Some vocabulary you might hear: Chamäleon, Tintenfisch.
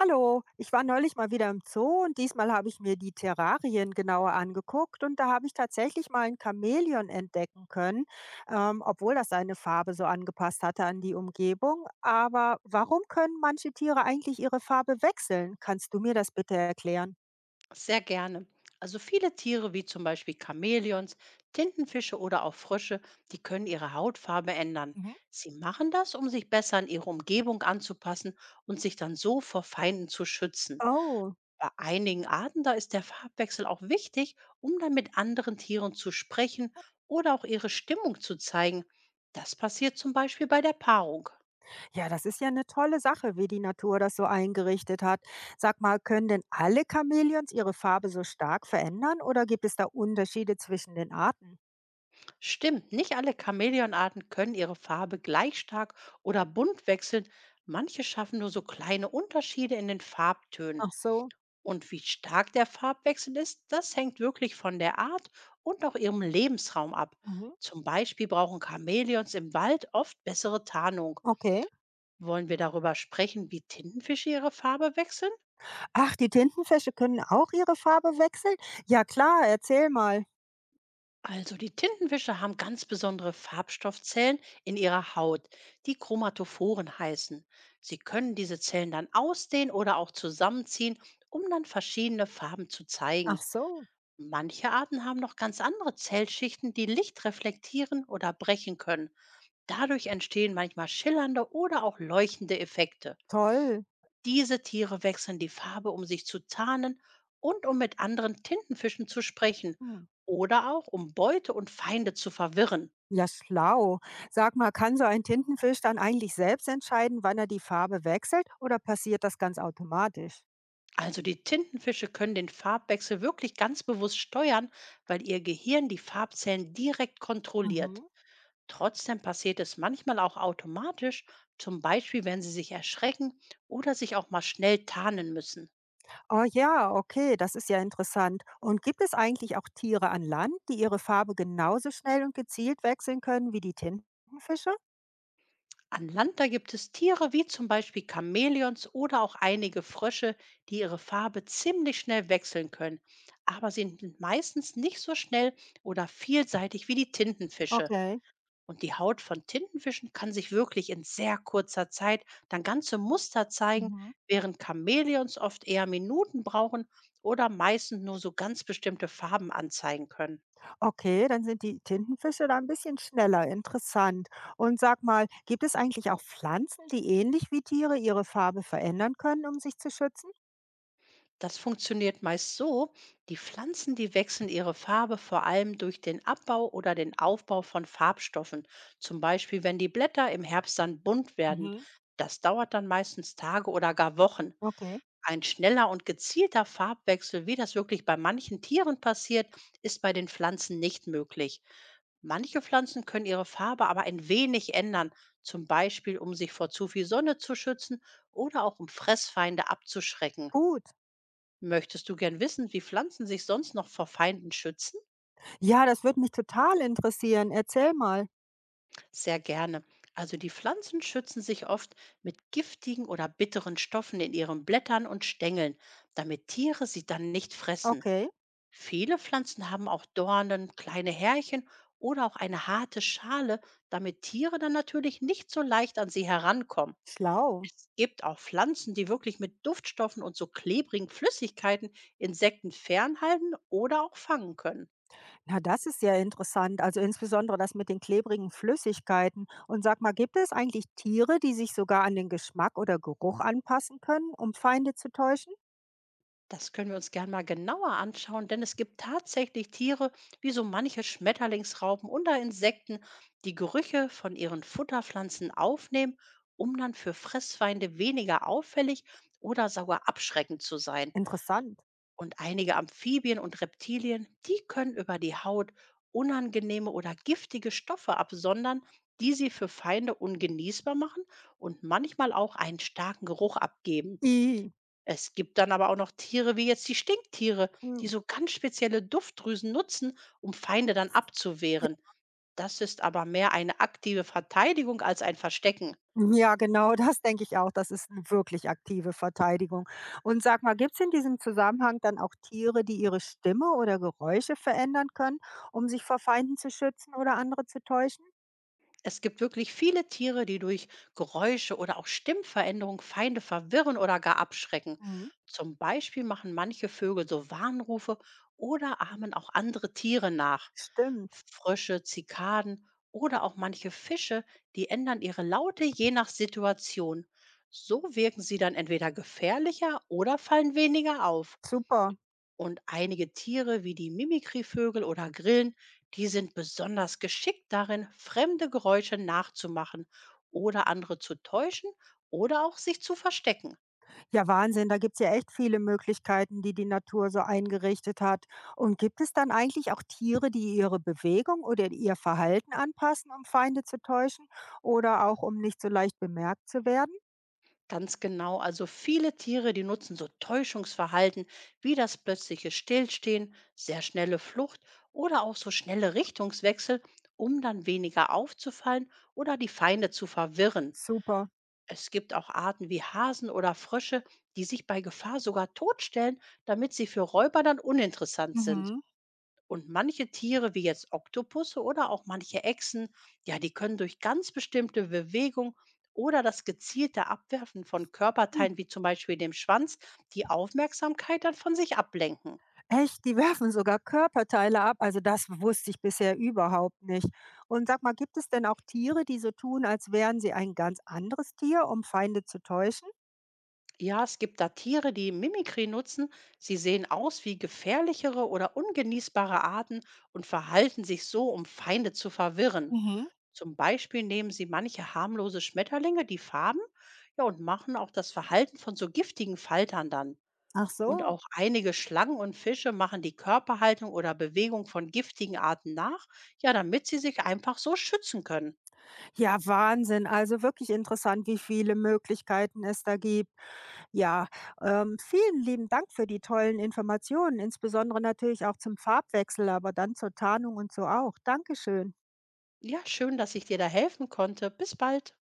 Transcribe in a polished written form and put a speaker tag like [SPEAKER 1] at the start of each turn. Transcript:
[SPEAKER 1] Hallo, ich war neulich mal wieder im Zoo und diesmal habe ich mir die Terrarien genauer angeguckt und da habe ich tatsächlich mal ein Chamäleon entdecken können, obwohl das seine Farbe so angepasst hatte an die Umgebung. Aber warum können manche Tiere eigentlich ihre Farbe wechseln? Kannst du mir das bitte erklären?
[SPEAKER 2] Sehr gerne. Also viele Tiere wie zum Beispiel Chamäleons, Tintenfische oder auch Frösche, die können ihre Hautfarbe ändern.
[SPEAKER 1] Mhm.
[SPEAKER 2] Sie machen das, um sich besser an ihre Umgebung anzupassen und sich dann so vor Feinden zu schützen.
[SPEAKER 1] Oh,
[SPEAKER 2] Bei einigen Arten da ist der Farbwechsel auch wichtig, um dann mit anderen Tieren zu sprechen oder auch ihre Stimmung zu zeigen. Das passiert zum Beispiel bei der Paarung.
[SPEAKER 1] ja, das ist ja eine tolle Sache, wie die Natur das so eingerichtet hat. Sag mal, können denn alle Chamäleons ihre Farbe so stark verändern oder gibt es da Unterschiede zwischen den Arten?
[SPEAKER 2] Stimmt, nicht alle Chamäleonarten können ihre Farbe gleich stark oder bunt wechseln. Manche schaffen nur so kleine Unterschiede in den Farbtönen.
[SPEAKER 1] Ach so.
[SPEAKER 2] Und wie stark der Farbwechsel ist, das hängt wirklich von der Art und auch ihrem Lebensraum ab.
[SPEAKER 1] Mhm.
[SPEAKER 2] Zum Beispiel brauchen Chamäleons im Wald oft bessere Tarnung.
[SPEAKER 1] Okay.
[SPEAKER 2] Wollen wir darüber sprechen, wie Tintenfische ihre Farbe wechseln?
[SPEAKER 1] Ach, die Tintenfische können auch ihre Farbe wechseln? Ja klar, erzähl mal.
[SPEAKER 2] Also die Tintenwische haben ganz besondere Farbstoffzellen in ihrer Haut, die Chromatophoren heißen. Sie können diese Zellen dann ausdehnen oder auch zusammenziehen, um dann verschiedene Farben zu zeigen.
[SPEAKER 1] Ach so,
[SPEAKER 2] Manche Arten haben noch ganz andere Zellschichten, die Licht reflektieren oder brechen können. Dadurch entstehen manchmal schillernde oder auch leuchtende Effekte.
[SPEAKER 1] toll.
[SPEAKER 2] Diese Tiere wechseln die Farbe, um sich zu tarnen und um mit anderen Tintenfischen zu sprechen
[SPEAKER 1] Hm.
[SPEAKER 2] oder auch um Beute und Feinde zu verwirren.
[SPEAKER 1] Ja, schlau. Sag mal, kann so ein Tintenfisch dann eigentlich selbst entscheiden, wann er die Farbe wechselt oder passiert das ganz automatisch?
[SPEAKER 2] Also die Tintenfische können den Farbwechsel wirklich ganz bewusst steuern, weil ihr Gehirn die Farbzellen direkt kontrolliert.
[SPEAKER 1] Mhm.
[SPEAKER 2] Trotzdem passiert es manchmal auch automatisch, zum Beispiel wenn sie sich erschrecken oder sich auch mal schnell tarnen müssen.
[SPEAKER 1] Oh ja, okay, das ist ja interessant. Und gibt es eigentlich auch Tiere an Land, die ihre Farbe genauso schnell und gezielt wechseln können wie die Tintenfische?
[SPEAKER 2] An Land, da gibt es Tiere wie zum Beispiel Chamäleons oder auch einige Frösche, die ihre Farbe ziemlich schnell wechseln können, aber sie sind meistens nicht so schnell oder vielseitig wie die Tintenfische.
[SPEAKER 1] Okay.
[SPEAKER 2] Und die Haut von Tintenfischen kann sich wirklich in sehr kurzer Zeit dann ganze Muster zeigen,
[SPEAKER 1] Mhm.
[SPEAKER 2] während Chamäleons oft eher Minuten brauchen oder meistens nur so ganz bestimmte Farben anzeigen können.
[SPEAKER 1] Okay, dann sind die Tintenfische da ein bisschen schneller. Interessant. Und sag mal, gibt es eigentlich auch Pflanzen, die ähnlich wie Tiere ihre Farbe verändern können, um sich zu schützen?
[SPEAKER 2] Das funktioniert meist so, die Pflanzen, die wechseln ihre Farbe vor allem durch den Abbau oder den Aufbau von Farbstoffen. Zum Beispiel, wenn die Blätter im Herbst dann bunt werden.
[SPEAKER 1] Mhm.
[SPEAKER 2] Das dauert dann meistens Tage oder gar Wochen.
[SPEAKER 1] Okay.
[SPEAKER 2] Ein schneller und gezielter Farbwechsel, wie das wirklich bei manchen Tieren passiert, ist bei den Pflanzen nicht möglich. Manche Pflanzen können ihre Farbe aber ein wenig ändern, zum Beispiel um sich vor zu viel Sonne zu schützen oder auch um Fressfeinde abzuschrecken.
[SPEAKER 1] Gut.
[SPEAKER 2] Möchtest du gern wissen, wie Pflanzen sich sonst noch vor Feinden schützen?
[SPEAKER 1] Ja, das würde mich total interessieren. Erzähl mal.
[SPEAKER 2] Sehr gerne. Also die Pflanzen schützen sich oft mit giftigen oder bitteren Stoffen in ihren Blättern und Stängeln, damit Tiere sie dann nicht fressen.
[SPEAKER 1] Okay.
[SPEAKER 2] Viele Pflanzen haben auch Dornen, kleine Härchen oder auch eine harte Schale, damit Tiere dann natürlich nicht so leicht an sie herankommen.
[SPEAKER 1] Schlau.
[SPEAKER 2] Es gibt auch Pflanzen, die wirklich mit Duftstoffen und so klebrigen Flüssigkeiten Insekten fernhalten oder auch fangen können.
[SPEAKER 1] Na, das ist ja interessant. Also insbesondere das mit den klebrigen Flüssigkeiten. Und sag mal, gibt es eigentlich Tiere, die sich sogar an den Geschmack oder Geruch anpassen können, um Feinde zu täuschen?
[SPEAKER 2] Das können wir uns gern mal genauer anschauen, denn es gibt tatsächlich Tiere, wie so manche Schmetterlingsraupen oder Insekten, die Gerüche von ihren Futterpflanzen aufnehmen, um dann für Fressfeinde weniger auffällig oder sogar abschreckend zu sein.
[SPEAKER 1] Interessant.
[SPEAKER 2] Und einige Amphibien und Reptilien, die können über die Haut unangenehme oder giftige Stoffe absondern, die sie für Feinde ungenießbar machen und manchmal auch einen starken Geruch abgeben.
[SPEAKER 1] I.
[SPEAKER 2] Es gibt dann aber auch noch Tiere wie jetzt die Stinktiere, die
[SPEAKER 1] Hm.
[SPEAKER 2] so ganz spezielle Duftdrüsen nutzen, um Feinde dann abzuwehren. Das ist aber mehr eine aktive Verteidigung als ein Verstecken.
[SPEAKER 1] Ja, genau, das denke ich auch. Das ist 'ne wirklich aktive Verteidigung. Und sag mal, gibt es in diesem Zusammenhang dann auch Tiere, die ihre Stimme oder Geräusche verändern können, um sich vor Feinden zu schützen oder andere zu täuschen?
[SPEAKER 2] Es gibt wirklich viele Tiere, die durch Geräusche oder auch Stimmveränderung Feinde verwirren oder gar abschrecken.
[SPEAKER 1] Mhm.
[SPEAKER 2] Zum Beispiel machen manche Vögel so Warnrufe oder ahmen auch andere Tiere nach.
[SPEAKER 1] Stimmt,
[SPEAKER 2] Frösche, Zikaden oder auch manche Fische, die ändern ihre Laute je nach Situation. So wirken sie dann entweder gefährlicher oder fallen weniger auf.
[SPEAKER 1] super.
[SPEAKER 2] Und einige Tiere wie die Mimikryvögel oder Grillen, die sind besonders geschickt darin, fremde Geräusche nachzumachen oder andere zu täuschen oder auch sich zu verstecken.
[SPEAKER 1] Ja, Wahnsinn, da gibt's ja echt viele Möglichkeiten, die die Natur so eingerichtet hat. Und gibt es dann eigentlich auch Tiere, die ihre Bewegung oder ihr Verhalten anpassen, um Feinde zu täuschen oder auch um nicht so leicht bemerkt zu werden?
[SPEAKER 2] Ganz genau, also viele Tiere, die nutzen so Täuschungsverhalten wie das plötzliche Stillstehen, sehr schnelle Flucht oder auch so schnelle Richtungswechsel, um dann weniger aufzufallen oder die Feinde zu verwirren.
[SPEAKER 1] Super.
[SPEAKER 2] Es gibt auch Arten wie Hasen oder Frösche, die sich bei Gefahr sogar totstellen, damit sie für Räuber dann uninteressant sind.
[SPEAKER 1] Mhm.
[SPEAKER 2] Und manche Tiere, wie jetzt Oktopusse oder auch manche Echsen, ja, die können durch ganz bestimmte Bewegung oder das gezielte Abwerfen von Körperteilen, wie zum Beispiel dem Schwanz, die Aufmerksamkeit dann von sich ablenken.
[SPEAKER 1] Echt? Die werfen sogar Körperteile ab? Also das wusste ich bisher überhaupt nicht. Und sag mal, gibt es denn auch Tiere, die so tun, als wären sie ein ganz anderes Tier, um Feinde zu täuschen?
[SPEAKER 2] Ja, es gibt da Tiere, die Mimikry nutzen. Sie sehen aus wie gefährlichere oder ungenießbare Arten und verhalten sich so, um Feinde zu verwirren.
[SPEAKER 1] Mhm.
[SPEAKER 2] Zum Beispiel nehmen sie manche harmlose Schmetterlinge die Farben, ja, und machen auch das Verhalten von so giftigen Faltern dann.
[SPEAKER 1] Ach
[SPEAKER 2] Und
[SPEAKER 1] so.
[SPEAKER 2] auch einige Schlangen und Fische machen die Körperhaltung oder Bewegung von giftigen Arten nach, ja, damit sie sich einfach so schützen können.
[SPEAKER 1] Ja, Wahnsinn. Also wirklich interessant, wie viele Möglichkeiten es da gibt. Ja, vielen lieben Dank für die tollen Informationen, insbesondere natürlich auch zum Farbwechsel, aber dann zur Tarnung und so auch. Dankeschön.
[SPEAKER 2] Ja, schön, dass ich dir da helfen konnte. Bis bald.